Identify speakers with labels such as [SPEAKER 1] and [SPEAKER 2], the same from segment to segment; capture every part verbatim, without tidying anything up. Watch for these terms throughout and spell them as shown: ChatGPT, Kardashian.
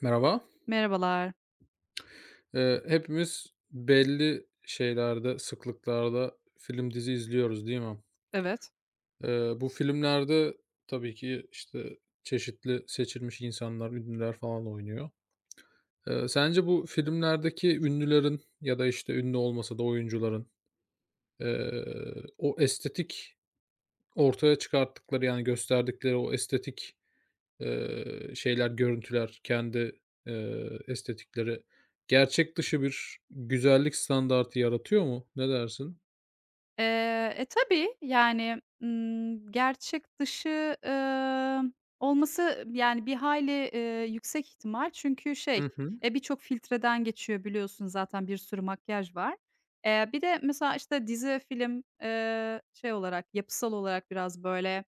[SPEAKER 1] Merhaba.
[SPEAKER 2] Merhabalar.
[SPEAKER 1] Eee, hepimiz belli şeylerde, sıklıklarda film, dizi izliyoruz, değil mi?
[SPEAKER 2] Evet.
[SPEAKER 1] Eee, bu filmlerde tabii ki, işte, çeşitli seçilmiş insanlar, ünlüler falan oynuyor. Eee, sence bu filmlerdeki ünlülerin ya da, işte, ünlü olmasa da oyuncuların, eee, o estetik ortaya çıkarttıkları, yani, gösterdikleri o estetik Eee, şeyler, görüntüler, kendi, eee, estetikleri gerçek dışı bir güzellik standartı yaratıyor mu? Ne dersin?
[SPEAKER 2] Eee, e, tabii, yani, ımm, gerçek dışı, ımm, olması, yani, bir hayli, eee, yüksek ihtimal çünkü şey,
[SPEAKER 1] Hı hı.
[SPEAKER 2] e, birçok filtreden geçiyor biliyorsun, zaten bir sürü makyaj var. Eee, bir de mesela, işte, dizi, film, eee, şey olarak, yapısal olarak biraz böyle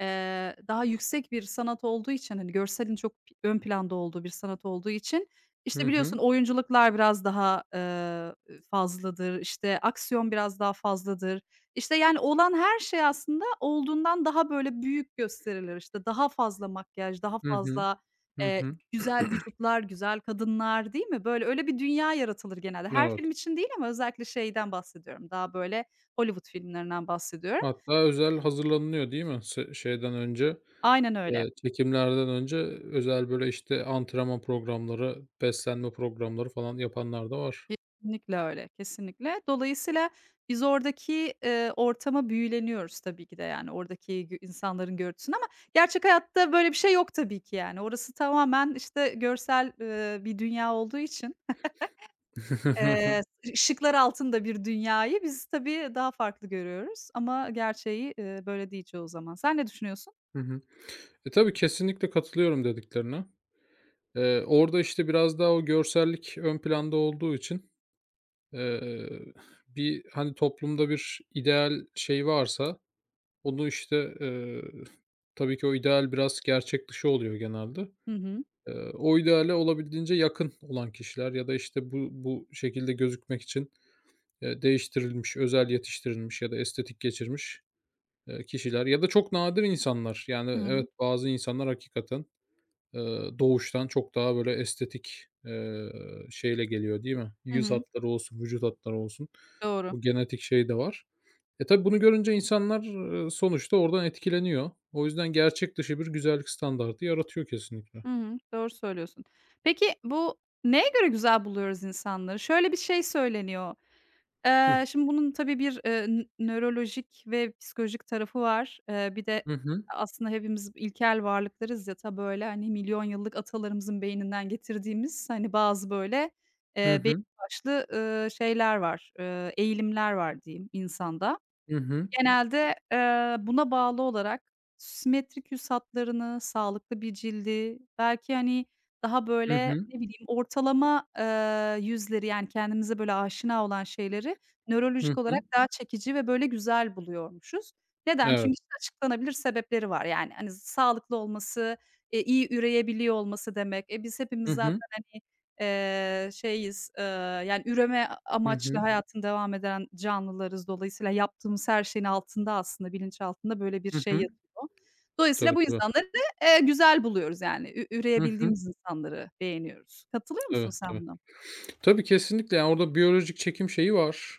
[SPEAKER 2] Eee, daha yüksek bir sanat olduğu için, hani, görselin çok ön planda olduğu bir sanat olduğu için, işte,
[SPEAKER 1] Hı
[SPEAKER 2] biliyorsun
[SPEAKER 1] hı.
[SPEAKER 2] oyunculuklar biraz daha, eee, fazladır, işte, aksiyon biraz daha fazladır. İşte, yani, olan her şey aslında olduğundan daha böyle büyük gösterilir. İşte, daha fazla makyaj, daha
[SPEAKER 1] Hı hı.
[SPEAKER 2] fazla,
[SPEAKER 1] Hı
[SPEAKER 2] eee,
[SPEAKER 1] hı.
[SPEAKER 2] güzel vücutlar, güzel kadınlar, değil mi? Böyle, öyle bir dünya yaratılır genelde. Her
[SPEAKER 1] Evet.
[SPEAKER 2] film için değil ama özellikle şeyden bahsediyorum, daha böyle Hollywood filmlerinden bahsediyorum.
[SPEAKER 1] Hatta özel hazırlanılıyor değil mi? Se şeyden önce,
[SPEAKER 2] Aynen öyle.
[SPEAKER 1] eee, çekimlerden önce özel, böyle, işte, antrenman programları, beslenme programları falan yapanlar da var.
[SPEAKER 2] Kesinlikle öyle, kesinlikle. Dolayısıyla biz oradaki, eee, ortama büyüleniyoruz tabii ki de, yani, oradaki gö insanların görüntüsüne, ama gerçek hayatta böyle bir şey yok tabii ki, yani. Orası tamamen, işte, görsel, eee, bir dünya olduğu için, eee, ışıklar altında bir dünyayı biz tabii daha farklı görüyoruz ama gerçeği, eee, böyle değil çoğu zaman. Sen ne düşünüyorsun?
[SPEAKER 1] Hı hı. E, tabii kesinlikle katılıyorum dediklerine. Eee, orada, işte, biraz daha o görsellik ön planda olduğu için Eee, bir, hani, toplumda bir ideal şey varsa onu, işte, eee, tabii ki o ideal biraz gerçek dışı oluyor genelde.
[SPEAKER 2] Hı hı.
[SPEAKER 1] Eee, o ideale olabildiğince yakın olan kişiler ya da, işte, bu bu şekilde gözükmek için, eee, değiştirilmiş, özel yetiştirilmiş ya da estetik geçirmiş, eee, kişiler ya da çok nadir insanlar. Yani,
[SPEAKER 2] Hı hı.
[SPEAKER 1] evet, bazı insanlar hakikaten Eee, doğuştan çok daha böyle estetik, eee, şeyle geliyor değil mi?
[SPEAKER 2] Hı
[SPEAKER 1] Yüz
[SPEAKER 2] hı.
[SPEAKER 1] hatları olsun, vücut hatları olsun.
[SPEAKER 2] Doğru.
[SPEAKER 1] O genetik şey de var. E, tabi bunu görünce insanlar, eee, sonuçta oradan etkileniyor. O yüzden gerçek dışı bir güzellik standardı yaratıyor kesinlikle.
[SPEAKER 2] Hı hı. Doğru söylüyorsun. Peki bu neye göre güzel buluyoruz insanları? Şöyle bir şey söyleniyor.
[SPEAKER 1] Hıh.
[SPEAKER 2] Eee, şimdi bunun tabii bir, eee, nö nörolojik ve psikolojik tarafı var. Eee, bir de
[SPEAKER 1] Hı hı.
[SPEAKER 2] aslında hepimiz ilkel varlıklarız ya, ta böyle, hani, milyon yıllık atalarımızın beyninden getirdiğimiz, hani, bazı böyle,
[SPEAKER 1] Hı
[SPEAKER 2] eee, belli
[SPEAKER 1] hı.
[SPEAKER 2] başlı, ııı, şeyler var, eee, eğilimler var diyeyim insanda.
[SPEAKER 1] Hı hı.
[SPEAKER 2] Genelde, eee, buna bağlı olarak simetrik yüz hatlarını, sağlıklı bir cildi, belki, hani, daha
[SPEAKER 1] Hı
[SPEAKER 2] böyle,
[SPEAKER 1] hı.
[SPEAKER 2] ne bileyim, ortalama, eee, yüzleri, yani, kendimize böyle aşina olan şeyleri
[SPEAKER 1] Hı
[SPEAKER 2] nörolojik olarak
[SPEAKER 1] hı.
[SPEAKER 2] daha çekici ve böyle güzel buluyormuşuz. Neden? Çünkü
[SPEAKER 1] Evet.
[SPEAKER 2] işte açıklanabilir sebepleri var. Yani, hani, sağlıklı olması, eee, iyi üreyebiliyor olması demek. E, biz hepimiz
[SPEAKER 1] Hı hı.
[SPEAKER 2] zaten, hani, Eee, şeyiz, eee, yani üreme a
[SPEAKER 1] Hı
[SPEAKER 2] amaçlı Hı
[SPEAKER 1] hı.
[SPEAKER 2] hayatını devam eden canlılarız. Dolayısıyla yaptığımız her şeyin altında aslında bilinç altında böyle bir
[SPEAKER 1] Hı
[SPEAKER 2] şey
[SPEAKER 1] hı.
[SPEAKER 2] yatıyor. Dolayısıyla
[SPEAKER 1] Tabii,
[SPEAKER 2] bu
[SPEAKER 1] tabii.
[SPEAKER 2] insanları, eee, güzel buluyoruz, yani ü
[SPEAKER 1] Hı hı.
[SPEAKER 2] üreyebildiğimiz insanları beğeniyoruz. Katılıyor musun
[SPEAKER 1] Tabii,
[SPEAKER 2] sen
[SPEAKER 1] tabii.
[SPEAKER 2] buna?
[SPEAKER 1] Tabii, kesinlikle. Yani, orada biyolojik çekim şeyi var.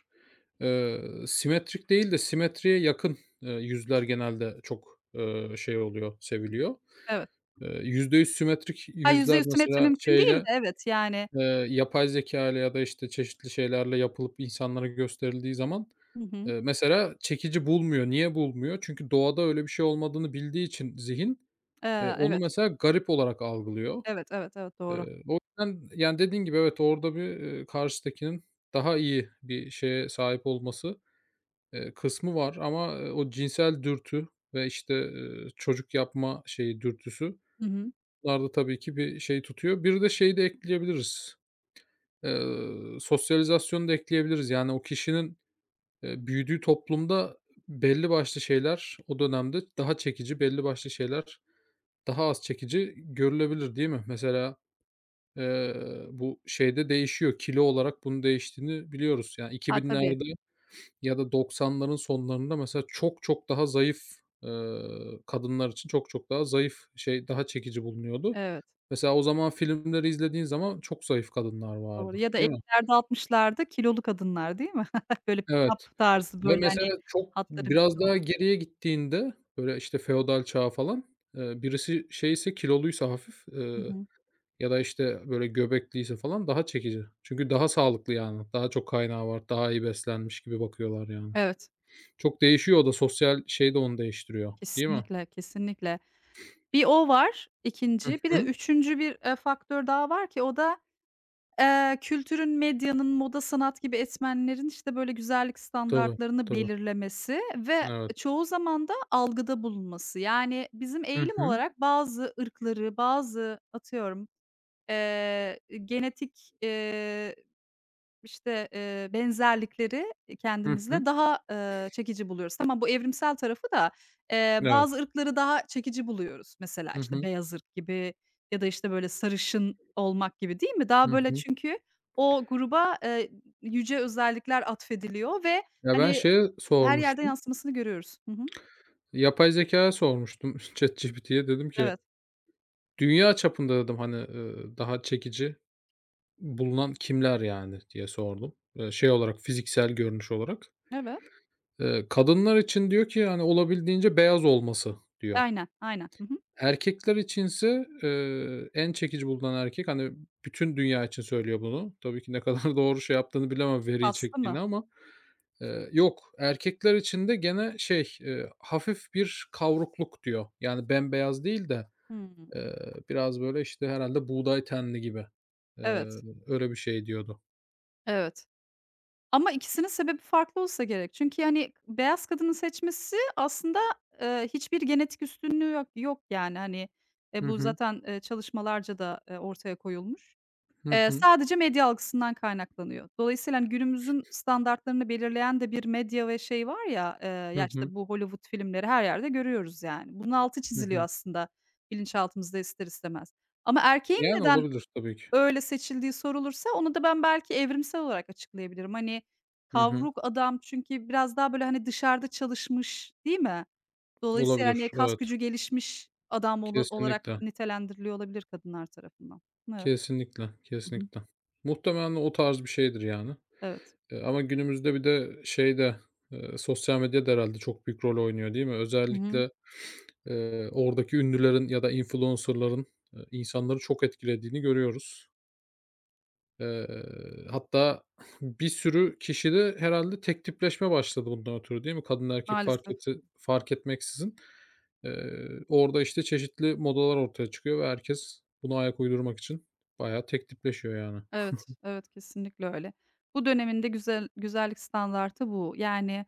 [SPEAKER 1] Eee, Simetrik değil de simetriye yakın, eee, yüzler genelde çok, eee, şey oluyor, seviliyor.
[SPEAKER 2] Evet.
[SPEAKER 1] Eee, yüzde yüz simetrik
[SPEAKER 2] Ha, yüzde
[SPEAKER 1] yüzler
[SPEAKER 2] yüz simetri
[SPEAKER 1] mesela
[SPEAKER 2] mümkün değil
[SPEAKER 1] şeyle,
[SPEAKER 2] de evet, yani.
[SPEAKER 1] eee, yapay zeka ile ya da, işte, çeşitli şeylerle yapılıp insanlara gösterildiği zaman,
[SPEAKER 2] Hı hı.
[SPEAKER 1] eee, mesela çekici bulmuyor. Niye bulmuyor? Çünkü doğada öyle bir şey olmadığını bildiği için zihin, eee,
[SPEAKER 2] Eee,
[SPEAKER 1] onu
[SPEAKER 2] evet.
[SPEAKER 1] mesela garip olarak algılıyor.
[SPEAKER 2] Evet, evet, evet, doğru.
[SPEAKER 1] Eee, o yüzden, yani, dediğin gibi evet, orada bir, eee, karşıdakinin daha iyi bir şeye sahip olması, eee, kısmı var ama, eee, o cinsel dürtü ve, işte, eee, çocuk yapma şeyi, dürtüsü
[SPEAKER 2] Hı hı.
[SPEAKER 1] bunlar da tabii ki bir şey tutuyor. Bir de şeyi de ekleyebiliriz, eee, sosyalizasyonu da ekleyebiliriz. Yani, o kişinin, eee, büyüdüğü toplumda belli başlı şeyler o dönemde daha çekici, belli başlı şeyler daha az çekici görülebilir, değil mi? Mesela Eee, bu şeyde değişiyor, kilo olarak bunun değiştiğini biliyoruz. Yani
[SPEAKER 2] Ha, tabii.
[SPEAKER 1] iki binlerde ya da doksanların sonlarında mesela çok çok daha zayıf, ııı, kadınlar için çok çok daha zayıf şey, daha çekici bulunuyordu.
[SPEAKER 2] Evet,
[SPEAKER 1] Mesela o zaman filmleri izlediğin zaman çok zayıf kadınlar vardı,
[SPEAKER 2] doğru ya da
[SPEAKER 1] değil mi?
[SPEAKER 2] ellilerde altmışlarda kilolu kadınlar, değil mi? Böyle
[SPEAKER 1] Evet
[SPEAKER 2] pin-up tarzı,
[SPEAKER 1] ve
[SPEAKER 2] böyle
[SPEAKER 1] mesela
[SPEAKER 2] hani
[SPEAKER 1] çok
[SPEAKER 2] hatları belli.
[SPEAKER 1] biraz daha geriye gittiğinde, böyle, işte, feodal çağa falan, eee, birisi şeyse kiloluysa hafif,
[SPEAKER 2] Hı
[SPEAKER 1] eee
[SPEAKER 2] hı.
[SPEAKER 1] ya da, işte, böyle göbekliyse falan daha çekici. Çünkü daha sağlıklı, yani. Daha çok kaynağı var, daha iyi beslenmiş gibi bakıyorlar, yani.
[SPEAKER 2] Evet,
[SPEAKER 1] Çok değişiyor o da. Sosyal şey de onu değiştiriyor, değil mi?
[SPEAKER 2] kesinlikle, kesinlikle. Bir o var
[SPEAKER 1] Hı
[SPEAKER 2] ikinci, bir de
[SPEAKER 1] hı.
[SPEAKER 2] üçüncü bir, eee, faktör daha var ki o da, eee, kültürün, medyanın, moda, sanat gibi etmenlerin, işte, böyle, güzellik
[SPEAKER 1] Tabii,
[SPEAKER 2] standartlarını
[SPEAKER 1] tabii.
[SPEAKER 2] belirlemesi ve
[SPEAKER 1] Evet.
[SPEAKER 2] çoğu zaman da algıda bulunması. Yani, bizim
[SPEAKER 1] Hı
[SPEAKER 2] eğilim
[SPEAKER 1] hı.
[SPEAKER 2] olarak bazı ırkları, bazı atıyorum, eee, genetik, İşte, eee, benzerlikleri,
[SPEAKER 1] Hı hı.
[SPEAKER 2] kendimizle daha, eee, çekici buluyoruz. Tamam, bu evrimsel tarafı da, eee,
[SPEAKER 1] Evet.
[SPEAKER 2] bazı ırkları daha çekici buluyoruz. Mesela,
[SPEAKER 1] Hı
[SPEAKER 2] işte,
[SPEAKER 1] hı.
[SPEAKER 2] beyaz ırk gibi ya da, işte, böyle sarışın olmak gibi, değil mi? Daha
[SPEAKER 1] Hı
[SPEAKER 2] böyle
[SPEAKER 1] hı.
[SPEAKER 2] çünkü o gruba, eee, yüce özellikler atfediliyor ve,
[SPEAKER 1] Ya, ben
[SPEAKER 2] hani,
[SPEAKER 1] şeye
[SPEAKER 2] her yerde
[SPEAKER 1] sormuştum,
[SPEAKER 2] yansımasını görüyoruz. Hı hı.
[SPEAKER 1] yapay zekâya sormuştum ChatGPT'ye. Dedim ki,
[SPEAKER 2] Evet.
[SPEAKER 1] "Dünya çapında" dedim, hani, eee, "daha çekici bulunan kimler, yani?" diye sordum. Eee, şey olarak, fiziksel görünüş olarak.
[SPEAKER 2] Evet.
[SPEAKER 1] Eee, kadınlar için diyor ki, hani, olabildiğince beyaz olması diyor.
[SPEAKER 2] Aynen, aynen. Hı hı.
[SPEAKER 1] Erkekler içinse, eee, en çekici bulunan erkek, hani, bütün dünya için söylüyor bunu. Tabii ki ne kadar doğru şey yaptığını bilemem veriyi
[SPEAKER 2] Kastı mı?
[SPEAKER 1] çektiğini ama, eee, yok, erkekler için de gene şey, eee, hafif bir kavrukluk diyor. Yani bembeyaz değil de,
[SPEAKER 2] Hımm.
[SPEAKER 1] eee, biraz böyle, işte, herhalde buğday tenli gibi. Eee,
[SPEAKER 2] Evet.
[SPEAKER 1] Öyle bir şey diyordu.
[SPEAKER 2] Evet. Ama ikisinin sebebi farklı olsa gerek. Çünkü, hani, beyaz kadının seçmesi aslında, eee, hiçbir genetik üstünlüğü yok yok yani, hani, eee,
[SPEAKER 1] Hı
[SPEAKER 2] bu
[SPEAKER 1] hı.
[SPEAKER 2] zaten, eee, çalışmalarca da, eee, ortaya koyulmuş.
[SPEAKER 1] Hı
[SPEAKER 2] Eee,
[SPEAKER 1] hı.
[SPEAKER 2] sadece medya algısından kaynaklanıyor. Dolayısıyla, hani, günümüzün standartlarını belirleyen de bir medya ve şey var ya, eee,
[SPEAKER 1] Hı
[SPEAKER 2] ya, işte,
[SPEAKER 1] hı.
[SPEAKER 2] bu Hollywood filmleri her yerde görüyoruz yani. Bunun altı
[SPEAKER 1] Hı
[SPEAKER 2] çiziliyor
[SPEAKER 1] hı.
[SPEAKER 2] aslında bilinçaltımızda ister istemez. Ama erkeğin
[SPEAKER 1] Yani
[SPEAKER 2] neden
[SPEAKER 1] olabilir tabii ki.
[SPEAKER 2] öyle seçildiği sorulursa onu da ben belki evrimsel olarak açıklayabilirim. Hani,
[SPEAKER 1] Hı hı.
[SPEAKER 2] kavruk adam çünkü biraz daha, böyle, hani, dışarıda çalışmış, değil mi? Dolayısıyla,
[SPEAKER 1] Olabilir,
[SPEAKER 2] hani, kas
[SPEAKER 1] evet.
[SPEAKER 2] gücü gelişmiş adam ola olarak
[SPEAKER 1] Kesinlikle,
[SPEAKER 2] nitelendiriliyor olabilir kadınlar tarafından. Evet.
[SPEAKER 1] kesinlikle,
[SPEAKER 2] Hı hı.
[SPEAKER 1] kesinlikle. Muhtemelen o tarz bir şeydir yani.
[SPEAKER 2] Evet.
[SPEAKER 1] Eee, ama günümüzde bir de şey de, eee, sosyal medya da herhâlde çok büyük rol oynuyor, değil mi?
[SPEAKER 2] Hı hı.
[SPEAKER 1] Özellikle, eee, oradaki ünlülerin ya da influencer'ların, eee, insanları çok etkilediğini görüyoruz. Eee, hatta bir sürü kişide herhâlde tek tipleşme başladı bundan ötürü değil mi? Kadın erkek fark
[SPEAKER 2] Maalesef.
[SPEAKER 1] eti fark etmeksizin. Eee, orada, işte, çeşitli modalar ortaya çıkıyor ve herkes buna ayak uydurmak için bayağı tek tipleşiyor yani.
[SPEAKER 2] Evet, evet, kesinlikle öyle. Bu dönemin güzel güzellik standartı bu. Yani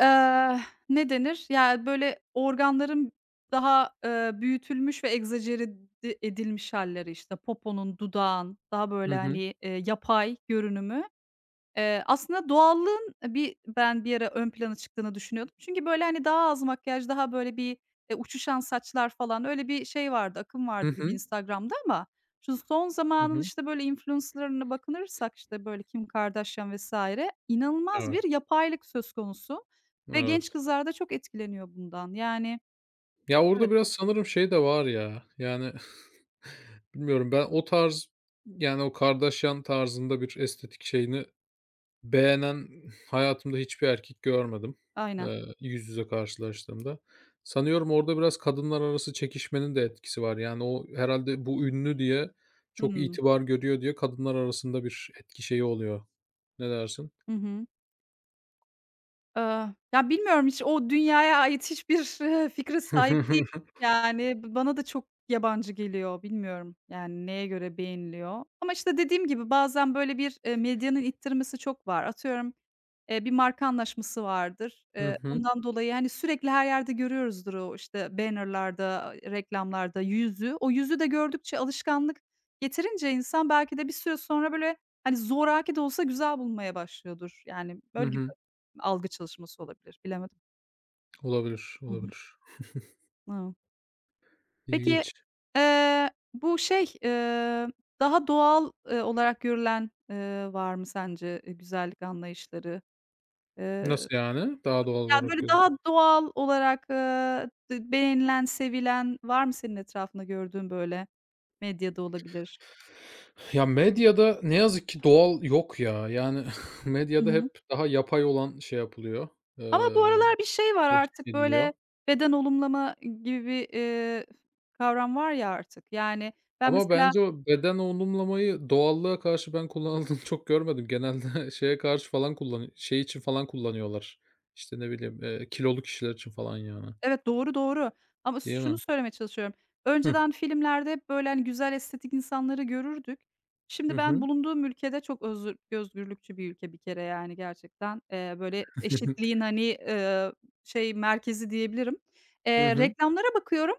[SPEAKER 2] Eee, ne denir? Ya, böyle, organların daha, eee, büyütülmüş ve egzajere de edilmiş halleri, işte, poponun, dudağın daha,
[SPEAKER 1] Hı
[SPEAKER 2] böyle,
[SPEAKER 1] hı.
[SPEAKER 2] hani, eee, yapay görünümü. Eee, aslında doğallığın bir ben bir ara ön plana çıktığını düşünüyordum. Çünkü, böyle, hani, daha az makyaj, daha, böyle, bir, eee, uçuşan saçlar falan öyle bir şey vardı, akım
[SPEAKER 1] Hı
[SPEAKER 2] vardı gibi
[SPEAKER 1] hı.
[SPEAKER 2] Instagram'da. Ama şu son
[SPEAKER 1] Hı
[SPEAKER 2] zamanın,
[SPEAKER 1] hı.
[SPEAKER 2] işte, böyle, influencer'larına bakınırsak, işte, böyle, Kim Kardashian vesaire inanılmaz
[SPEAKER 1] Evet,
[SPEAKER 2] bir yapaylık söz konusu ve genç
[SPEAKER 1] evet.
[SPEAKER 2] kızlar da çok etkileniyor bundan. Yani
[SPEAKER 1] Ya, orada
[SPEAKER 2] Evet,
[SPEAKER 1] biraz sanırım şey de var ya, yani. Bilmiyorum, ben o tarz, yani, o Kardashian tarzında bir estetik şeyini beğenen hayatımda hiçbir erkek görmedim,
[SPEAKER 2] aynen.
[SPEAKER 1] eee, yüz yüze karşılaştığımda. Sanıyorum orada biraz kadınlar arası çekişmenin de etkisi var. Yani, o herhâlde bu ünlü diye,
[SPEAKER 2] Hı
[SPEAKER 1] çok
[SPEAKER 2] hı.
[SPEAKER 1] itibar görüyor diye kadınlar arasında bir etki şeyi oluyor. Ne dersin?
[SPEAKER 2] Hı hı. Iıı, ya, bilmiyorum, hiç o dünyaya ait hiçbir, eee, fikre sahip değilim. Yani, b bana da çok yabancı geliyor. Bilmiyorum, yani, neye göre beğeniliyor, ama, işte, dediğim gibi bazen böyle bir, eee, medyanın ittirmesi çok var. Atıyorum, eee, bir marka anlaşması vardır.
[SPEAKER 1] Hı
[SPEAKER 2] Eee,
[SPEAKER 1] hı.
[SPEAKER 2] ondan dolayı, hani, sürekli her yerde görüyoruzdur o, işte, banner'larda, reklamlarda yüzü. O yüzü de gördükçe alışkanlık getirince insan belki de bir süre sonra böyle, hani, zoraki de olsa güzel bulmaya başlıyordur. Yani,
[SPEAKER 1] Hı
[SPEAKER 2] böyle
[SPEAKER 1] hı.
[SPEAKER 2] algı çalışması olabilir, bilemedim.
[SPEAKER 1] Olabilir,
[SPEAKER 2] Hı hı.
[SPEAKER 1] olabilir.
[SPEAKER 2] Hıı. Peki,
[SPEAKER 1] İlginç.
[SPEAKER 2] eee, bu şey, eee, daha doğal, eee, olarak görülen, eee, var mı sence, eee, güzellik anlayışları? Eee,
[SPEAKER 1] Nasıl yani? Daha doğal
[SPEAKER 2] Yani,
[SPEAKER 1] olarak
[SPEAKER 2] böyle,
[SPEAKER 1] göz.
[SPEAKER 2] daha doğal olarak, eee, d beğenilen, sevilen var mı senin etrafında gördüğün, böyle? Medyada olabilir.
[SPEAKER 1] Ya, medyada ne yazık ki doğal yok ya. Yani
[SPEAKER 2] Hı
[SPEAKER 1] medyada
[SPEAKER 2] hı.
[SPEAKER 1] hep daha yapay olan şey yapılıyor,
[SPEAKER 2] Ama bu
[SPEAKER 1] eee,
[SPEAKER 2] aralar bir şey var
[SPEAKER 1] teşvik
[SPEAKER 2] artık,
[SPEAKER 1] ediliyor.
[SPEAKER 2] böyle, beden olumlama gibi bir, eee, kavram var ya artık. Yani, ben
[SPEAKER 1] Ama
[SPEAKER 2] mesela
[SPEAKER 1] bence o beden olumlamayı doğallığa karşı ben kullanıldığını çok görmedim. Genelde şeye karşı falan kullan, şey için falan kullanıyorlar. İşte, ne bileyim, eee, kilolu kişiler için falan yani,
[SPEAKER 2] Evet, doğru, doğru ama s
[SPEAKER 1] değil
[SPEAKER 2] şunu
[SPEAKER 1] mi?
[SPEAKER 2] söylemeye çalışıyorum.
[SPEAKER 1] Hıh.
[SPEAKER 2] Önceden filmlerde hep böyle, hani, güzel estetik insanları görürdük.
[SPEAKER 1] Hı
[SPEAKER 2] Şimdi ben
[SPEAKER 1] hı.
[SPEAKER 2] bulunduğum ülkede çok özür özgürlükçü bir ülke bir kere, yani, gerçekten. Eee, böyle eşitliğin, hani, eee, şey merkezi diyebilirim.
[SPEAKER 1] Hı
[SPEAKER 2] Eee,
[SPEAKER 1] hı.
[SPEAKER 2] reklamlara bakıyorum.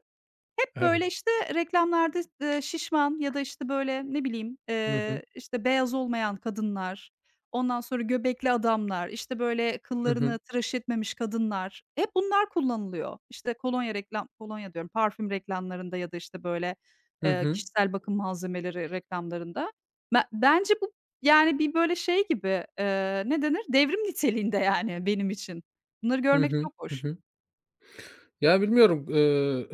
[SPEAKER 2] Hep
[SPEAKER 1] Evet.
[SPEAKER 2] böyle, işte, reklamlarda, eee, şişman ya da, işte, böyle, ne bileyim, eee, işte, beyaz olmayan kadınlar, ondan sonra göbekli adamlar, işte, böyle,
[SPEAKER 1] Hı
[SPEAKER 2] kıllarını
[SPEAKER 1] hı.
[SPEAKER 2] tıraş etmemiş kadınlar, hep bunlar kullanılıyor. İşte, kolonya reklam kolonya diyorum, parfüm reklamlarında ya da, işte, böyle,
[SPEAKER 1] Hı
[SPEAKER 2] eee,
[SPEAKER 1] hı.
[SPEAKER 2] kişisel bakım malzemeleri reklamlarında. Ben bence bu, yani, bir böyle şey gibi, eee, ne denir, devrim niteliğinde, yani, benim için. Bunları
[SPEAKER 1] Hı
[SPEAKER 2] görmek
[SPEAKER 1] hı.
[SPEAKER 2] çok
[SPEAKER 1] Hı
[SPEAKER 2] hoş.
[SPEAKER 1] hı. Hı hı. Ya, bilmiyorum, eee,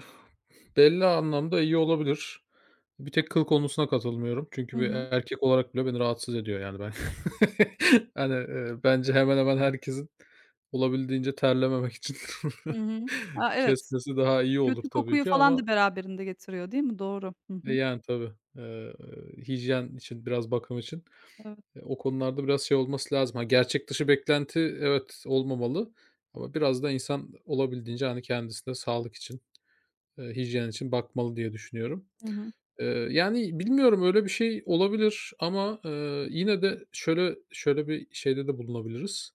[SPEAKER 1] belli anlamda iyi olabilir. Bir tek kıl konusuna katılmıyorum. Çünkü
[SPEAKER 2] Hı
[SPEAKER 1] bir
[SPEAKER 2] hı.
[SPEAKER 1] erkek olarak bile beni rahatsız ediyor, yani, ben. Hani, eee, bence hemen hemen herkesin olabildiğince terlememek için
[SPEAKER 2] Hı hı. A, evet.
[SPEAKER 1] kesmesi daha iyi olur
[SPEAKER 2] Kötü
[SPEAKER 1] tabii
[SPEAKER 2] kokuyu
[SPEAKER 1] ki
[SPEAKER 2] falan da
[SPEAKER 1] ama,
[SPEAKER 2] beraberinde getiriyor, değil mi? Doğru. Hı
[SPEAKER 1] e,
[SPEAKER 2] hı.
[SPEAKER 1] yani, tabii, eee, hijyen için, biraz bakım için,
[SPEAKER 2] Evet.
[SPEAKER 1] eee, o konularda biraz şey olması lazım. Ha, gerçek dışı beklenti evet olmamalı ama biraz da insan olabildiğince, hani, kendisine sağlık için Eee, hijyen için bakmalı diye düşünüyorum.
[SPEAKER 2] Hı hı.
[SPEAKER 1] Eee, yani, bilmiyorum, öyle bir şey olabilir ama, eee, yine de şöyle şöyle bir şeyde de bulunabiliriz.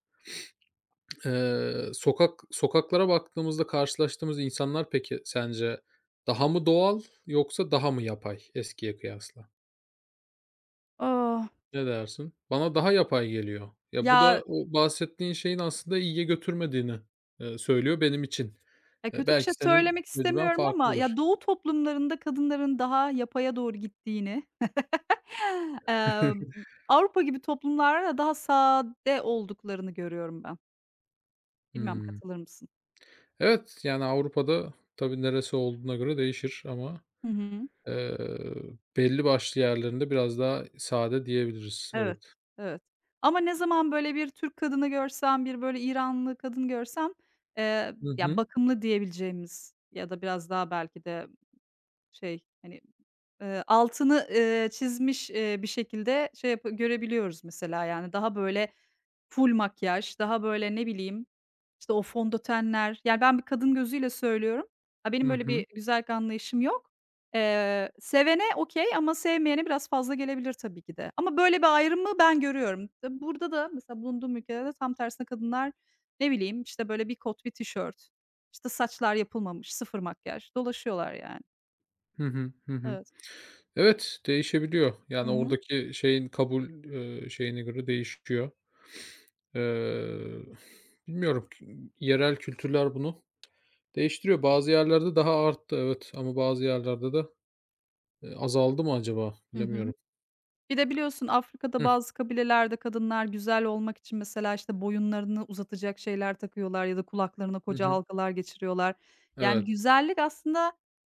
[SPEAKER 1] Eee, sokak sokaklara baktığımızda karşılaştığımız insanlar peki sence daha mı doğal yoksa daha mı yapay eskiye kıyasla?
[SPEAKER 2] Ah,
[SPEAKER 1] Ne dersin? Bana daha yapay geliyor. Ya, bu
[SPEAKER 2] ya,
[SPEAKER 1] da o bahsettiğin şeyin aslında iyiye götürmediğini, eee, söylüyor benim için.
[SPEAKER 2] ya,
[SPEAKER 1] Eee,
[SPEAKER 2] kötü bir şey
[SPEAKER 1] belki senin
[SPEAKER 2] söylemek
[SPEAKER 1] tecrüben
[SPEAKER 2] istemiyorum ama ya,
[SPEAKER 1] farklıdır.
[SPEAKER 2] Doğu toplumlarında kadınların daha yapaya doğru gittiğini, emm, Avrupa gibi toplumlarda daha sade olduklarını görüyorum ben. Bilmem
[SPEAKER 1] Hıı.
[SPEAKER 2] katılır mısın?
[SPEAKER 1] Evet, yani, Avrupa'da tabii neresi olduğuna göre değişir ama,
[SPEAKER 2] Hı hı.
[SPEAKER 1] eee, belli başlı yerlerinde biraz daha sade diyebiliriz.
[SPEAKER 2] Evet,
[SPEAKER 1] Evet.
[SPEAKER 2] evet. Ama ne zaman böyle bir Türk kadını görsem, bir böyle İranlı kadın görsem, eee,
[SPEAKER 1] Hı
[SPEAKER 2] ya,
[SPEAKER 1] hı.
[SPEAKER 2] bakımlı diyebileceğimiz ya da biraz daha belki de şey, hani Eee, altını, eee, çizmiş, eee, bir şekilde şey yapa görebiliyoruz mesela, yani, daha böyle full makyaj, daha böyle, ne bileyim, işte, o fondötenler, yani, ben bir kadın gözüyle söylüyorum. Ha, benim
[SPEAKER 1] Hı
[SPEAKER 2] böyle bir
[SPEAKER 1] hı.
[SPEAKER 2] güzellik anlayışım yok. Eee, sevene okay ama sevmeyene biraz fazla gelebilir tabii ki de. Ama böyle bir ayrımı ben görüyorum. Tabii burada da mesela bulunduğum ülkede de tam tersine kadınlar, ne bileyim, işte, böyle bir kot, bir tişört, işte, saçlar yapılmamış, sıfır makyaj dolaşıyorlar yani.
[SPEAKER 1] Hı hı. Hı hı.
[SPEAKER 2] Evet.
[SPEAKER 1] Evet, değişebiliyor.
[SPEAKER 2] Hı
[SPEAKER 1] Yani
[SPEAKER 2] hı.
[SPEAKER 1] oradaki şeyin kabul, eee, şeyine göre değişiyor. Eee, Bilmiyorum, k yerel kültürler bunu değiştiriyor. Bazı yerlerde daha arttı evet ama bazı yerlerde de, eee, azaldı mı acaba
[SPEAKER 2] Hı hı.
[SPEAKER 1] bilemiyorum.
[SPEAKER 2] Bir de biliyorsun Afrika'da
[SPEAKER 1] Hıh.
[SPEAKER 2] bazı kabilelerde kadınlar güzel olmak için mesela, işte, boyunlarını uzatacak şeyler takıyorlar ya da kulaklarına
[SPEAKER 1] Hı
[SPEAKER 2] koca
[SPEAKER 1] hı.
[SPEAKER 2] halkalar geçiriyorlar. Yani
[SPEAKER 1] Evet.
[SPEAKER 2] güzellik aslında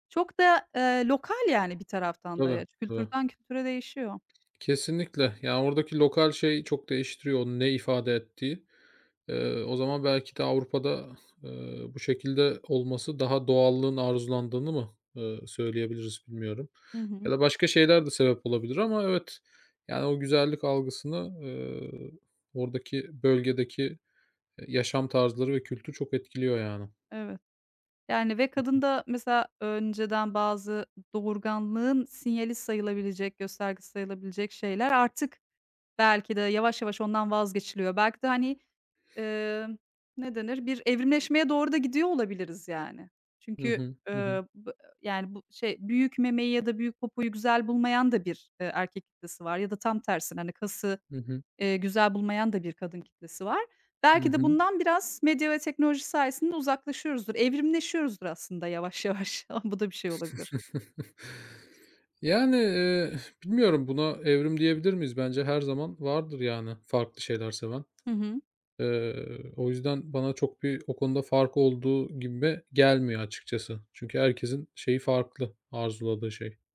[SPEAKER 2] çok da, eee, lokal yani bir taraftan da.
[SPEAKER 1] Tabii,
[SPEAKER 2] Ya,
[SPEAKER 1] tabii.
[SPEAKER 2] kültürden kültüre değişiyor.
[SPEAKER 1] Kesinlikle. Yani, oradaki lokal şey çok değiştiriyor onun ne ifade ettiği. Eee, o zaman belki de Avrupa'da, eee, bu şekilde olması daha doğallığın arzulandığını mı, eee, söyleyebiliriz bilmiyorum.
[SPEAKER 2] Hı
[SPEAKER 1] Ya
[SPEAKER 2] hı.
[SPEAKER 1] da başka şeyler de sebep olabilir ama evet, yani, o güzellik algısını, eee, oradaki bölgedeki, yaşam tarzları ve kültür çok etkiliyor yani.
[SPEAKER 2] Evet. Yani ve kadın da mesela önceden bazı doğurganlığın sinyali sayılabilecek, göstergesi sayılabilecek şeyler artık belki de yavaş yavaş ondan vazgeçiliyor. Belki de, hani, emm, ne denir, bir evrimleşmeye doğru da gidiyor olabiliriz yani.
[SPEAKER 1] Hı
[SPEAKER 2] Çünkü,
[SPEAKER 1] hı. Hı hı.
[SPEAKER 2] ııı, bı yani, bu şey, büyük memeyi ya da büyük popoyu güzel bulmayan da bir, eee, erkek kitlesi var ya da tam tersine, hani, kası,
[SPEAKER 1] Hı hı.
[SPEAKER 2] eee, güzel bulmayan da bir kadın kitlesi var.
[SPEAKER 1] Hı
[SPEAKER 2] Belki de
[SPEAKER 1] hı.
[SPEAKER 2] bundan biraz medya ve teknoloji sayesinde uzaklaşıyoruzdur, evrimleşiyoruzdur aslında yavaş yavaş. Bu da bir şey olabilir.
[SPEAKER 1] Yani, eee, bilmiyorum buna evrim diyebilir miyiz? Bence her zaman vardır yani farklı şeyler seven.
[SPEAKER 2] Hı hı.
[SPEAKER 1] Eee, O yüzden bana çok bir o konuda fark olduğu gibi gelmiyor açıkçası. Çünkü herkesin şeyi farklı, arzuladığı şey.